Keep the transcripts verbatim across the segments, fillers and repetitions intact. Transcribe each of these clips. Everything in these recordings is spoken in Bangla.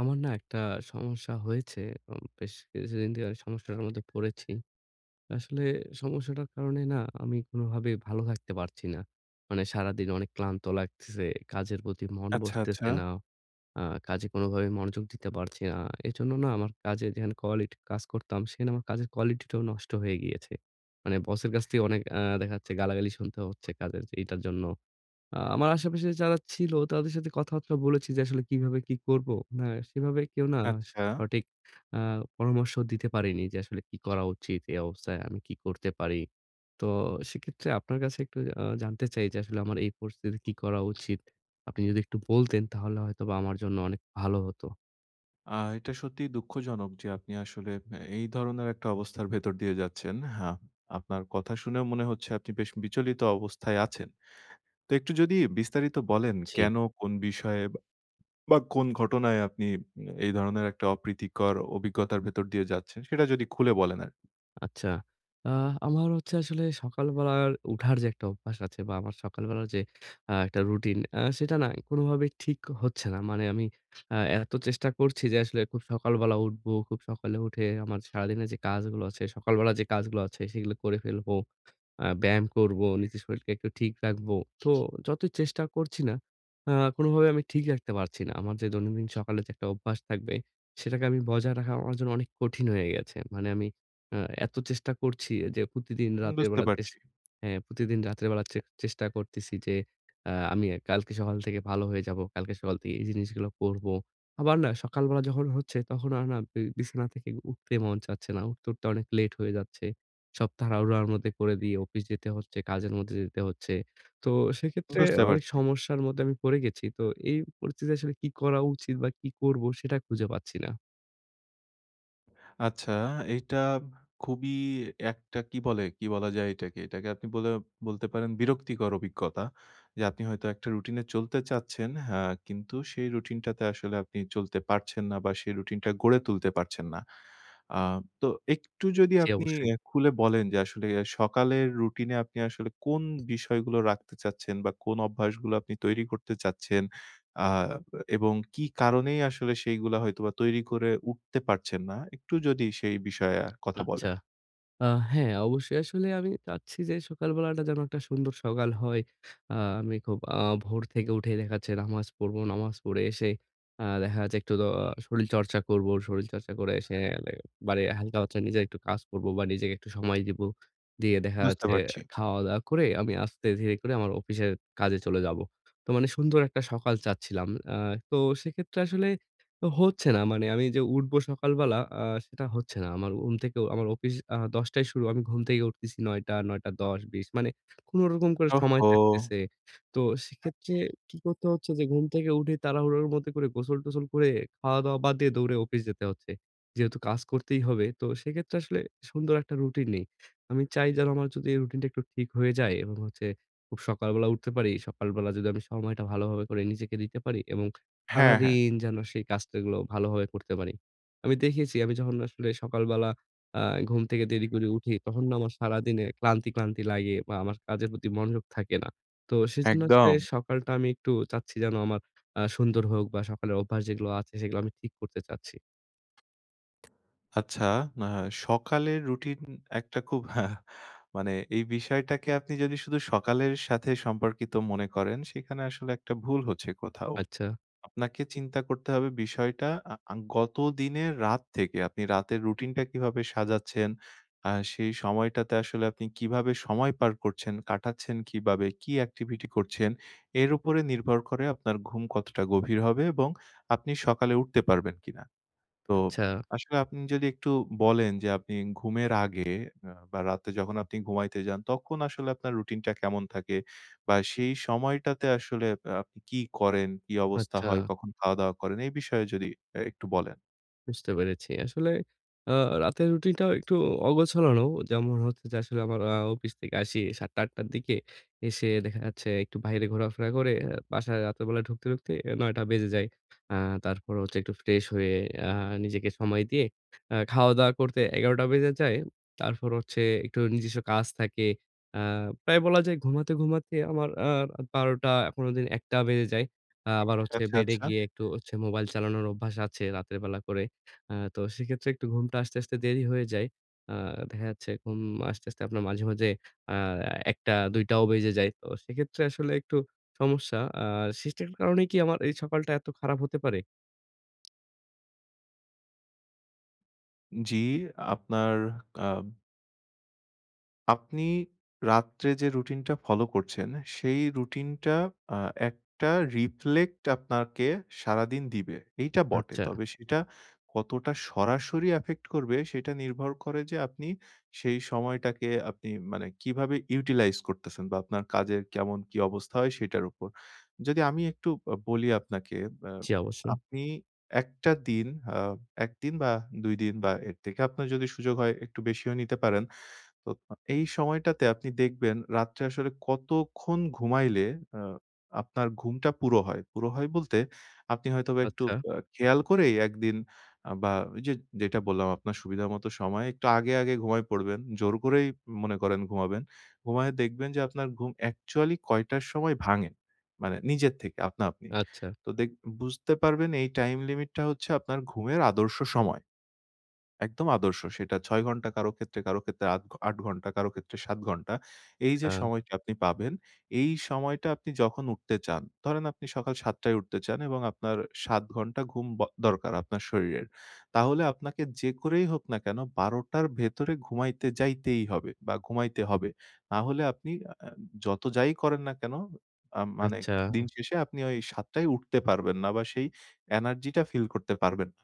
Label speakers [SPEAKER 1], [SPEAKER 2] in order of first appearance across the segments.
[SPEAKER 1] আমার না একটা সমস্যা হয়েছে। উম বেশ কিছুদিন থেকে আমি সমস্যাটার মধ্যে পড়েছি। আসলে সমস্যাটার কারণে না আমি কোনোভাবে ভালো থাকতে পারছি না। মানে সারাদিন অনেক ক্লান্ত লাগতেছে, কাজের প্রতি মন
[SPEAKER 2] আচ্ছা, আচ্ছা,
[SPEAKER 1] বসতেছে না। আ কাজে কোনোভাবে মনোযোগ দিতে পারছি না। এজন্য না আমার কাজে যেখানে কোয়ালিটি কাজ করতাম, সেখানে আমার কাজের কোয়ালিটিটাও নষ্ট হয়ে গিয়েছে। মানে বসের কাছ থেকে অনেক আ দেখা যাচ্ছে গালাগালি শুনতে হচ্ছে কাজের এইটার জন্য। আ আমার আশেপাশে যারা ছিল তাদের সাথে কথাবার্তা বলেছি যে আসলে কিভাবে কি করব। না সেভাবে কেউ না স
[SPEAKER 2] আচ্ছা।
[SPEAKER 1] সঠিক আ পরামর্শ দিতে পারেনি যে আসলে কি করা উচিত? এই অবস্থায় আমি কি করতে পারি? তো সেক্ষেত্রে আপনার কাছে একটু আ জানতে চাই যে আসলে আমার এই পরিস্থিতিতে কি করা উচিত? আপনি যদি একটু বলতেন তাহলে হয়তোবা আমার জন্য অনেক ভালো হতো।
[SPEAKER 2] আ এটা সত্যিই দুঃখজনক যে আপনি আসলে অ্যা এই ধরনের একটা অবস্থার ভেতর দিয়ে যাচ্ছেন। হ্যাঁ, আপনার কথা শুনেও মনে হচ্ছে আপনি বেশ বিচলিত অবস্থায় আছেন। তো একটু যদি বিস্তারিত বলেন
[SPEAKER 1] জি।
[SPEAKER 2] কেন, কোন বিষয়ে বা কোন ঘটনায় আপনি উম এই ধরনের একটা অপ্রীতিকর অভিজ্ঞতার ভেতর দিয়ে যাচ্ছেন সেটা যদি খুলে বলেন আর
[SPEAKER 1] আচ্ছা। আ আমার হচ্ছে আসলে সকালবেলার উঠার যে একটা অভ্যাস আছে বা আমার সকালবেলার যে আ একটা রুটিন আ সেটা না কোনোভাবেই ঠিক হচ্ছে না। মানে আমি আ এত চেষ্টা করছি যে আসলে খুব সকালবেলা উঠবো, খুব সকালে উঠে আমার সারাদিনের যে কাজগুলো আছে, সকালবেলা যে কাজগুলো আছে সেগুলো করে ফেলবো। আ ব্যায়াম করবো, নিজের শরীরকে একটু ঠিক রাখবো। তো যতই চেষ্টা করছি না, আ কোনোভাবে আমি ঠিক রাখতে পারছি না। আমার যে দৈনন্দিন সকালে যে একটা অভ্যাস থাকবে, সেটাকে আমি বজায় রাখা আমার জন্য অনেক কঠিন হয়ে গেছে। মানে আমি আ এত চেষ্টা করছি যে প্রতিদিন রাতের
[SPEAKER 2] বুঝতে
[SPEAKER 1] বেলা চেস
[SPEAKER 2] পারছি,
[SPEAKER 1] হ্যাঁ, প্রতিদিন রাতের বেলা চে চেষ্টা করতেছি যে আ আমি কালকে সকাল থেকে ভালো হয়ে যাবো। কালকে সকাল থেকে এই জিনিসগুলো করবো। আবার না সকালবেলা যখন হচ্ছে, তখন আর না বি বিছানা থেকে উঠতে মন চাচ্ছে না। উঠতে, উঠতে অনেক লেট হয়ে যাচ্ছে। সব তাড়াহুড়ার মধ্যে করে দিয়ে অফিস যেতে হচ্ছে, কাজের মধ্যে যেতে হচ্ছে। তো সেক্ষেত্রে
[SPEAKER 2] বুঝতে
[SPEAKER 1] অনেক
[SPEAKER 2] পারছি।
[SPEAKER 1] সমস্যার মধ্যে আমি পড়ে গেছি। তো এই পরিস্থিতিতে আসলে কি করা উচিত বা কি করব সেটা খুঁজে পাচ্ছি না।
[SPEAKER 2] আচ্ছা, এইটা খুবই একটা কি বলে, কি বলা যায় এটাকে? এটাকে আপনি বলে বলতে পারেন বিরক্তিকর অভিজ্ঞতা। যে আপনি হয়তো একটা রুটিনে চলতে চাচ্ছেন, হ্যাঁ, কিন্তু সেই রুটিনটাতে আসলে আপনি চলতে পারছেন না বা সেই রুটিনটা গড়ে তুলতে পারছেন না। আ তো একটু যদি
[SPEAKER 1] জি,
[SPEAKER 2] আপনি
[SPEAKER 1] অবশ্যই।
[SPEAKER 2] এ খুলে বলেন যে আসলে সকালের রুটিনে আপনি আসলে কোন বিষয়গুলো রাখতে চাচ্ছেন বা কোন অভ্যাসগুলো আপনি তৈরি করতে চাচ্ছেন? আ এবং কি কারণেই আসলে সেইগুলা হয়তোবা তৈরি করে উঠতে পারছেন না? একটু যদি সেই বিষয়ে কথা
[SPEAKER 1] আচ্ছা।
[SPEAKER 2] বলেন।
[SPEAKER 1] আ হ্যাঁ, অবশ্যই। আসলে আমি চাচ্ছি যে সকালবেলাটা যেন একটা সুন্দর সকাল হয়। আ আমি খুব আ ভোর থেকে উঠে দেখা যাচ্ছে নামাজ পড়বো। নামাজ পড়ে এসে আ দেখা যাচ্ছে একটু দ শরীরচর্চা করবো। শরীরচর্চা করে এসে লে বাড়ি হালকা হচ্ছে নিজে একটু কাজ করবো বা নিজেকে একটু সময় দিবো। দিয়ে দেখা
[SPEAKER 2] বুঝতে
[SPEAKER 1] যাচ্ছে
[SPEAKER 2] পারছি।
[SPEAKER 1] খাওয়া-দাওয়া করে আমি আস্তে ধীরে করে আমার অফিসের কাজে চলে যাবো। তো মানে সুন্দর একটা সকাল চাচ্ছিলাম। আ তো সেক্ষেত্রে আসলে তো হচ্ছে না। মানে আমি যে উঠবো সকালবেলা আ সেটা হচ্ছে না। আমার ঘুম থেকে উ- আমার অফিস আ দশ টায় শুরু। আমি ঘুম থেকে উঠতেছি ৯ঃ শূন্য শূন্য, ৯ঃ শূন্য শূন্য, দশ, বিশ মানে কোনরকম করে সময়
[SPEAKER 2] ওহহো!
[SPEAKER 1] থাকতেছে। তো সেক্ষেত্রে আচ্ছা। কি করতে হচ্ছে যে ঘুম থেকে উঠে তাড়াহুড়োর মধ্যে করে গোসল-টোসল করে খাওয়া-দাওয়া বাদ দিয়ে দৌড়ে অফিস যেতে হচ্ছে। যেহেতু কাজ করতেই হবে। তো সেক্ষেত্রে আসলে সুন্দর একটা রুটিন নেই। আমি চাই যেন আমার যদি এই রুটিনটা একটু ঠিক হয়ে যায় এবং হচ্ছে খুব সকালবেলা উঠতে পারি। সকালবেলা যদি আমি সময়টা ভালোভাবে করে নিজেকে দিতে পারি এবং
[SPEAKER 2] হ্যাঁ, হ্যাঁ,
[SPEAKER 1] সারাদিন যেন সেই কাজগুলো ভালোভাবে করতে পারি। আমি দেখেছি আমি যখন আসলে সকালবেলা আ ঘুম থেকে দেরি করে উঠি, তখন না আমার সারাদিনে ক্লান্তি, ক্লান্তি লাগে বা আমার কাজের প্রতি মনোযোগ থাকে না। তো সেজন্য আসলে
[SPEAKER 2] একদম।
[SPEAKER 1] সকালটা আমি একটু চাচ্ছি যেন আমার আ সুন্দর হোক বা সকালের অভ্যাস যেগুলো আছে সেগুলো আমি ঠিক করতে চাচ্ছি।
[SPEAKER 2] আচ্ছা, আ সকালের রুটিন একটা খুব মানে এই বিষয়টাকে আপনি যদি শুধু সকালের সাথে সম্পর্কিত মনে করেন, সেখানে আসলে একটা ভুল হচ্ছে কোথাও।
[SPEAKER 1] আচ্ছা,
[SPEAKER 2] আপনাকে চিন্তা করতে হবে বিষয়টা আ আ গত দিনের রাত থেকে আপনি রাতের রুটিনটা কিভাবে সাজাচ্ছেন? আ সেই সময়টাতে আসলে আপনি কিভাবে সময় পার করছেন, কাটাচ্ছেন কিভাবে, কি activity করছেন? এর উপরে নির্ভর করে আপনার ঘুম কতটা গভীর হবে এবং আপনি সকালে উঠতে পারবেন কিনা। তো
[SPEAKER 1] আচ্ছা,
[SPEAKER 2] আসলে আপনি যদি একটু বলেন যে আপনি ঘুমের আগে আ বা রাতে যখন আপনি ঘুমাইতে যান তখন আসলে আপনার রুটিনটা কেমন থাকে? বা সেই সময়টাতে আসলে আ আপনি কি করেন? কি অবস্থা
[SPEAKER 1] আচ্ছা।
[SPEAKER 2] হয়? কখন খাওয়া-দাওয়া করেন? এই বিষয়ে যদি আ একটু বলেন।
[SPEAKER 1] বুঝতে পেরেছি। আসলে আ রাতের রুটিনটাও একটু অগোছালো। যেমন হচ্ছে যে আসলে আমার আ অফিস থেকে আসি ৭ঃ০০-৮ঃ শূন্য শূন্য র দিকে। এসে দেখা যাচ্ছে একটু বাইরে ঘোরাফেরা করে আ বাসায় রাতের বেলা ঢুকতে, ঢুকতে ৯ঃ শূন্য শূন্য বেজে যায়। আ তারপর হচ্ছে একটু ফ্রেশ হয়ে আ নিজেকে সময় দিয়ে আ খাওয়া-দাওয়া করতে ১১ঃ শূন্য শূন্য বেজে যায়। তারপর হচ্ছে একটু নিজস্ব কাজ থাকে। আ প্রায় বলা যায় ঘুমাতে, ঘুমাতে আমার আ রাত ১২ঃ শূন্য শূন্য কোনদিন ১ঃ শূন্য শূন্য বেজে যায়। আ আবার হচ্ছে
[SPEAKER 2] আচ্ছা,
[SPEAKER 1] বেডে
[SPEAKER 2] আচ্ছা।
[SPEAKER 1] গিয়ে একটু হচ্ছে মোবাইল চালানোর অভ্যাস আছে রাতের বেলা করে। আ তো সেক্ষেত্রে একটু ঘুমটা আসতে, আসতে দেরি হয়ে যায়। আ দেখা যাচ্ছে ঘুম আসতে, আসতে আপনার মাঝে, মাঝে আ ১ঃ০০-২ঃ শূন্য শূন্য ও বেজে যায়। তো সেক্ষেত্রে আসলে একটু সমস্যা। আ সিস্টেমের কারণে কি আমার এই সকালটা এত খারাপ হতে পারে?
[SPEAKER 2] জি, আপনার আ আপনি রাত্রে যে রুটিনটা ফলো করছেন, সেই রুটিনটা আ একটা রিফ্লেক্ট আপনাকে সারাদিন দিবে। এইটা বটে।
[SPEAKER 1] আচ্ছা।
[SPEAKER 2] তবে সেটা কতটা সরাসরি এফেক্ট করবে সেটা নির্ভর করে যে আপনি সেই সময়টাকে আপনি মানে কিভাবে ইউটিলাইজ করতেছেন বা আপনার কাজের কেমন কি অবস্থা হয় সেটার উপর। যদি আমি একটু আ বলি আপনাকে, আ
[SPEAKER 1] জি, অবশ্যই।
[SPEAKER 2] আপনি একটা দিন আ এক দিন বা দুই দিন বা এর থেকে আপনার যদি সুযোগ হয় একটু বেশিও নিতে পারেন। তো এই সময়টাতে আপনি দেখবেন রাত্রে আসলে কতক্ষণ ঘুমাইলে আ আপনার ঘুমটা পুরো হয়। পুরো হয় বলতে আপনি হয়তোবা একটু
[SPEAKER 1] আচ্ছা,
[SPEAKER 2] আ খেয়াল করেই একদিন আ বা ওই যে যেটা বললাম আপনার সুবিধা মতো সময় একটু আগে, আগে ঘুমায় পড়বেন। জোর করেই মনে করেন ঘুমাবেন। ঘুমায়ে দেখবেন যে আপনার ঘুম অ্যাকচুয়ালি কয়টার সময় ভাঙে। মানে নিজের থেকে আপনা আপনি।
[SPEAKER 1] আচ্ছা,
[SPEAKER 2] তো দেখ বুঝতে পারবেন এই টাইম লিমিটটা হচ্ছে আপনার ঘুমের আদর্শ সময়। একদম আদর্শ। সেটা ছয় ঘন্টা কারো ক্ষেত্রে, কারো ক্ষেত্রে আত আট ঘন্টা, কারো ক্ষেত্রে সাত ঘন্টা। এই যে
[SPEAKER 1] আ
[SPEAKER 2] সময়টা আপনি পাবেন, এই সময়টা আপনি যখন উঠতে চান, ধরেন আপনি সকাল সাত টায় উঠতে চান এবং আপনার সাত ঘন্টা ঘুম ব দরকার আপনার শরীরের। তাহলে আপনাকে যে করেই হোক না কেন বারো টার ভেতরে ঘুমাইতে যাইতেই হবে বা ঘুমাইতে হবে। না হলে আপনি আ যত যাই করেন না কেন, আ মানে
[SPEAKER 1] আচ্ছা।
[SPEAKER 2] দিন শেষে আপনি ওই সাত টায় উঠতে পারবেন না বা সেই এনার্জিটা ফিল করতে পারবেন না।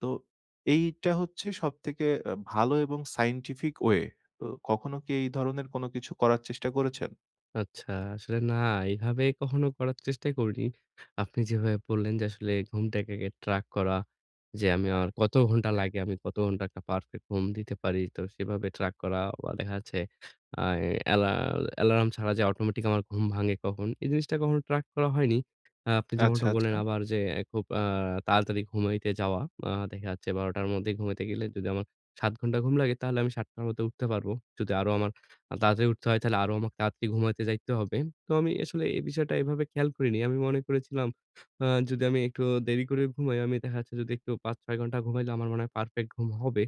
[SPEAKER 2] তো এইটা হচ্ছে সবথেকে আ ভালো এবং সায়েন্টিফিক ওয়ে। তো কখনো কি এই ধরনের কোনো কিছু করার চেষ্টা করেছেন?
[SPEAKER 1] আচ্ছা, আসলে না এভাবে কখনো করার চেষ্টা করিনি। আপনি যেভাবে বললেন যে আসলে ঘুমটাকে ট্র্যাক করা, যে আমি আমার কত ঘন্টা লাগে, আমি কত ঘন্টা একটা পারফেক্ট ঘুম দিতে পারি। তো সেভাবে ট্র্যাক করা বা দেখা যাচ্ছে আ অ্যালা অ্যালার্ম ছাড়া যে অটোমেটিক আমার ঘুম ভাঙে কখন, এই জিনিসটা কখনো ট্র্যাক করা হয়নি। আ আপনি যেমনটা
[SPEAKER 2] আচ্ছা, আচ্ছা।
[SPEAKER 1] বললেন আবার যে খুব আ তাড়াতাড়ি ঘুমাইতে যাওয়া। আ দেখা যাচ্ছে ১২ঃ শূন্য শূন্য টার মধ্যে ঘুমাইতে গেলে যদি আমার সাত ঘন্টা ঘুম লাগে তাহলে আমি ৭ঃ শূন্য শূন্য টার মধ্যে উঠতে পারব। যদি আরো আমার আ তাড়াতাড়ি উঠতে হয় তাহলে আরো আমাকে তাড়াতাড়ি ঘুমাতে যাইতে হবে। তো আমি আসলে এই বিষয়টা এভাবে খেয়াল করিনি। আমি মনে করেছিলাম আ যদি আমি একটু দেরি করে ঘুমাই, আমি দেখা যাচ্ছে যদি একটু পাঁচ ছয় ঘন্টা ঘুমাইলে আমার মনে হয় পারফেক্ট ঘুম হবে।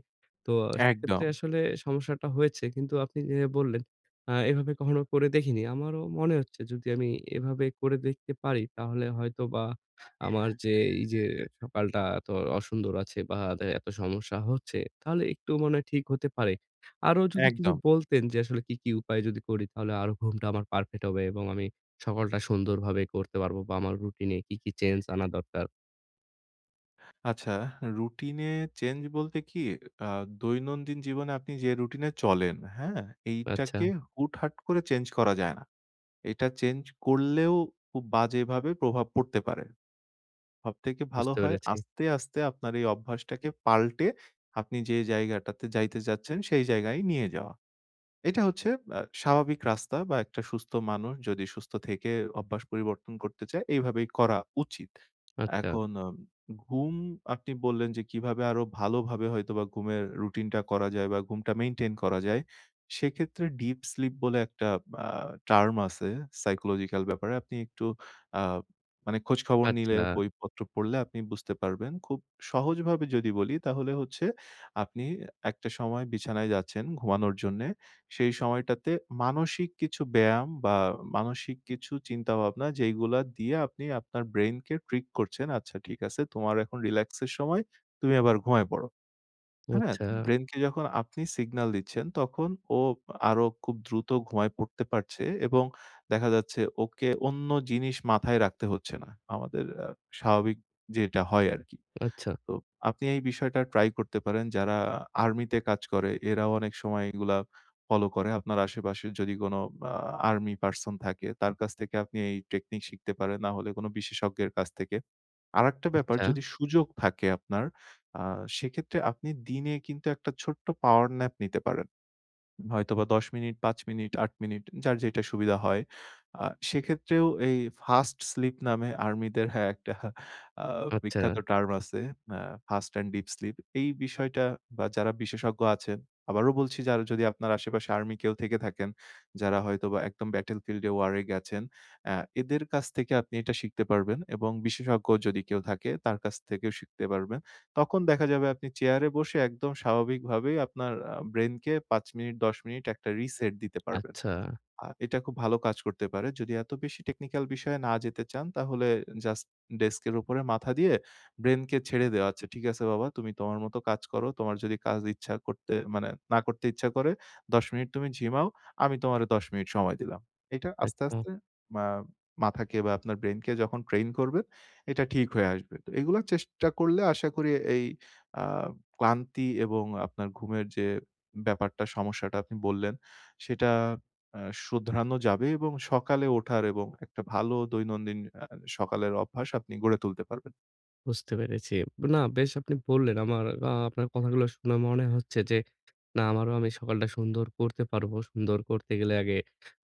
[SPEAKER 1] তো সেক্ষেত্রে
[SPEAKER 2] একদম,
[SPEAKER 1] আসলে সমস্যাটা হয়েছে। কিন্তু আপনি যে বললেন আ এভাবে কখনো করে দেখিনি। আমারও মনে হচ্ছে যদি আমি এভাবে করে দেখতে পারি তাহলে হয়তোবা আমার যে এই যে সকালটা এত অসুন্দর আছে বা এত সমস্যা হচ্ছে তাহলে একটু মনে হয় ঠিক হতে পারে। আরো যদি কিছু
[SPEAKER 2] একদম।
[SPEAKER 1] বলতেন যে আসলে কি, কি উপায় যদি করি তাহলে আরো ঘুমটা আমার পারফেক্ট হবে এবং আমি সকালটা সুন্দরভাবে করতে পারবো বা আমার রুটিনে কি, কি চেঞ্জ আনা দরকার?
[SPEAKER 2] আচ্ছা, রুটিনে চেঞ্জ বলতে কি আ দৈনন্দিন জীবনে আপনি যে রুটিনে চলেন, হ্যাঁ?
[SPEAKER 1] আচ্ছা,
[SPEAKER 2] এইটাকে হুটহাট করে চেঞ্জ করা যায় না। এটা চেঞ্জ করলেও খুব বাজেভাবে প্রভাব পড়তে পারে। সবথেকে ভালো
[SPEAKER 1] বুঝতে
[SPEAKER 2] হয়
[SPEAKER 1] পেরেছি।
[SPEAKER 2] আস্তে, আস্তে আপনার এই অভ্যাসটাকে পাল্টে আপনি যে জায়গাটাতে যাইতে চাচ্ছেন সেই জায়গায় নিয়ে যাওয়া। এটা হচ্ছে আ স্বাভাবিক রাস্তা বা একটা সুস্থ মানুষ যদি সুস্থ থেকে অভ্যাস পরিবর্তন করতে চায়, এইভাবেই করা উচিত।
[SPEAKER 1] আচ্ছা,
[SPEAKER 2] এখন আম ঘুম আপনি বললেন যে কিভাবে আরো ভালোভাবে হয়তোবা ঘুমের রুটিনটা করা যায় বা ঘুমটা মেইনটেইন করা যায়। সেক্ষেত্রে ডিপ স্লিপ বলে একটা আ টার্ম আছে সাইকোলজিক্যাল ব্যাপারে। আপনি একটু আ মানে খোঁজখবর নিলে,
[SPEAKER 1] আচ্ছা,
[SPEAKER 2] বইপত্র পড়লে আপনি বুঝতে পারবেন। খুব সহজভাবে যদি বলি তাহলে হচ্ছে আপনি একটা সময় বিছানায় যাচ্ছেন ঘুমানোর জন্যে। সেই সময়টাতে মানসিক কিছু ব্যায়াম বা মানসিক কিছু চিন্তাভাবনা যেইগুলা দিয়ে আপনি আপনার ব্রেইনকে ট্রিক করছেন, "আচ্ছা ঠিক আছে তোমার এখন রিল্যাক্স এর সময়, তুমি এবার ঘুমায় পড়ো।" হ্যাঁ?
[SPEAKER 1] আচ্ছা,
[SPEAKER 2] ব্রেইনকে যখন আপনি সিগন্যাল দিচ্ছেন তখন ও আরো খুব দ্রুত ঘুমায় পড়তে পারছে এবং দেখা যাচ্ছে ওকে অন্য জিনিস মাথায় রাখতে হচ্ছে না। আমাদের আ স্বাভাবিক যেটা হয় আরকি।
[SPEAKER 1] আচ্ছা,
[SPEAKER 2] তো আপনি এই বিষয়টা ট্রাই করতে পারেন। যারা আর্মিতে কাজ করে এরাও অনেক সময় এগুলা ফলো করে। আপনার আশেপাশে যদি কোনো আ আর্মি পারসন থাকে তার কাছ থেকে আপনি এই টেকনিক শিখতে পারেন। না হলে কোনো বিশেষজ্ঞের কাছ থেকে। আরেকটা ব্যাপার
[SPEAKER 1] আচ্ছা,
[SPEAKER 2] যদি সুযোগ থাকে আপনার আ সেক্ষেত্রে আপনি দিনে কিন্তু একটা ছোট্ট পাওয়ার ন্যাপ নিতে পারেন। হয়তোবা দশ মিনিট, পাঁচ মিনিট, আট মিনিট যার যেটা সুবিধা হয়। আ সেক্ষেত্রেও এই ফাস্ট স্লিপ নামে আর্মিদের হ্যাঁ, একটা আ
[SPEAKER 1] আচ্ছা,
[SPEAKER 2] বিখ্যাত টার্ম আছে। A fast and deep sleep. এই বিষয়টা বা যারা বিশেষজ্ঞ আছেন, আবারও বলছি যারা যদি আপনার আশেপাশে আর্মি কেউ থেকে থাকেন, যারা হয়তোবা একদম ব্যাটল ফিল্ডে ওয়ারে গেছেন, অ্যা এদের কাছ থেকে আপনি এটা শিখতে পারবেন এবং বিশেষজ্ঞ যদি কেউ থাকে তার কাছ থেকেও শিখতে পারবেন। তখন দেখা যাবে আপনি চেয়ারে বসে একদম স্বাভাবিকভাবেই আপনার আ ব্রেইনকে পাঁচ মিনিট দশ মিনিট একটা রিসেট দিতে পারবেন।
[SPEAKER 1] আচ্ছা,
[SPEAKER 2] আ এটা খুব ভালো কাজ করতে পারে। যদি এত বেশি টেকনিক্যাল বিষয়ে না যেতে চান তাহলে জাস্ট ডেস্কের উপরে মাথা দিয়ে ব্রেইনকে ছেড়ে দেওয়া। আচ্ছা ঠিক আছে বাবা তুমি তোমার মতো কাজ করো। তোমার যদি কাজ ইচ্ছা করতে মানে না করতে ইচ্ছা করে দশ মিনিট তুমি ঝিমাও। আমি তোমারে দশ মিনিট সময় দিলাম। এটা আস্তে,
[SPEAKER 1] আচ্ছা,
[SPEAKER 2] আস্তে মা মাথাকে বা আপনার ব্রেইনকে যখন ট্রেইন করবেন এটা ঠিক হয়ে আসবে। তো এগুলা চেষ্টা করলে আশা করি এই আ ক্লান্তি এবং আপনার ঘুমের যে ব্যাপারটা সমস্যাটা আপনি বললেন সেটা আ শুধরানো যাবে এবং সকালে ওঠার এবং একটা ভালো দৈনন্দিন আ সকালের অভ্যাস আপনি গড়ে তুলতে পারবেন।
[SPEAKER 1] বুঝতে পেরেছি। না বেশ আপনি বললেন আমার আ আপনার কথাগুলো শুনে মনে হচ্ছে যে না, আমারও আমি সকালটা সুন্দর করতে পারবো। সুন্দর করতে গেলে আগে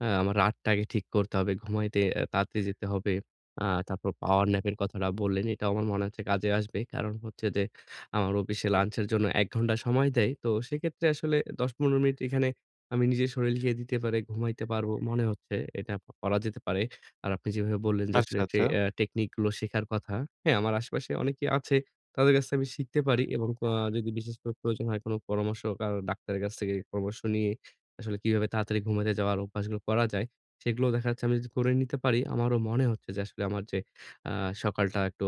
[SPEAKER 1] আ আমার রাতটা আগে ঠিক করতে হবে। ঘুমাইতে আ তাড়াতাড়ি যেতে হবে। আ তারপর পাওয়ার ন্যাপ এর কথাটা বললেন, এটাও আমার মনে হচ্ছে কাজে আসবে। কারণ হচ্ছে যে আমার অফিসে লাঞ্চের জন্য এক ঘন্টা সময় দেয়। তো সেক্ষেত্রে আসলে দশ পনেরো মিনিট এখানে আমি নিজের শরীলকে দিতে পারে ঘুমাইতে পারবো মনে হচ্ছে। এটা করা যেতে পারে। আর আপনি যেভাবে বললেন যে
[SPEAKER 2] আচ্ছা,
[SPEAKER 1] আসলে টে
[SPEAKER 2] আচ্ছা।
[SPEAKER 1] অ্যা টেকনিক গুলো শেখার কথা। হ্যাঁ, আমার আশেপাশে অনেকেই আছে। তাদের কাছ থেকে আমি শিখতে পারি এবং আ যদি বিশেষ করে প্রয়োজন হয় কোনো পরামর্শ কারো ডাক্তারের কাছ থেকে পরামর্শ নিয়ে আসলে কিভাবে তাড়াতাড়ি ঘুমাতে যাওয়ার অভ্যাসগুলো করা যায়, সেগুলো দেখা যাচ্ছে আমি যদি করে নিতে পারি, আমারও মনে হচ্ছে যে আসলে আমার যে আ সকালটা একটু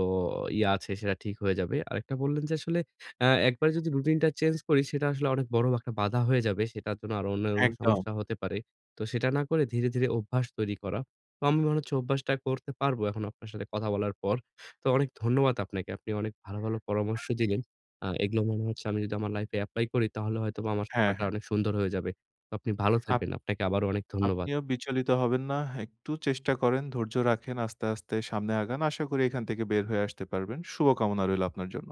[SPEAKER 1] ইয়ে আছে সেটা ঠিক হয়ে যাবে। আরেকটা বললেন যে আসলে আ একবার যদি রুটিনটা চেঞ্জ করি সেটা আসলে অনেক বড় একটা বাধা হয়ে যাবে। সেটার জন্য আরো অন্যান্য
[SPEAKER 2] একদম।
[SPEAKER 1] সমস্যা হতে পারে। তো সেটা না করে ধীরে, ধীরে অভ্যাস তৈরি করা। তো আমি মনে হচ্ছে অভ্যাসটা করতে পারবো এখন আপনার সাথে কথা বলার পর। তো অনেক ধন্যবাদ আপনাকে। আপনি অনেক ভালো, ভালো পরামর্শ দিলেন। আ এগুলো মনে হচ্ছে আমি যদি আমার লাইফে এপ্লাই করি তাহলে হয়তোবা আমার
[SPEAKER 2] হ্যাঁ,
[SPEAKER 1] সফরটা
[SPEAKER 2] হ্যাঁ।
[SPEAKER 1] অনেক সুন্দর হয়ে যাবে। তো আপনি ভালো
[SPEAKER 2] আপ
[SPEAKER 1] থাকবেন। আপনাকে আবারও অনেক ধন্যবাদ।
[SPEAKER 2] আপনিও বিচলিত হবেন না। একটু চেষ্টা করেন, ধৈর্য রাখেন, আস্তে, আস্তে সামনে আগান। আশা করি এখান থেকে বের হয়ে আসতে পারবেন। শুভকামনা রইল আপনার জন্য।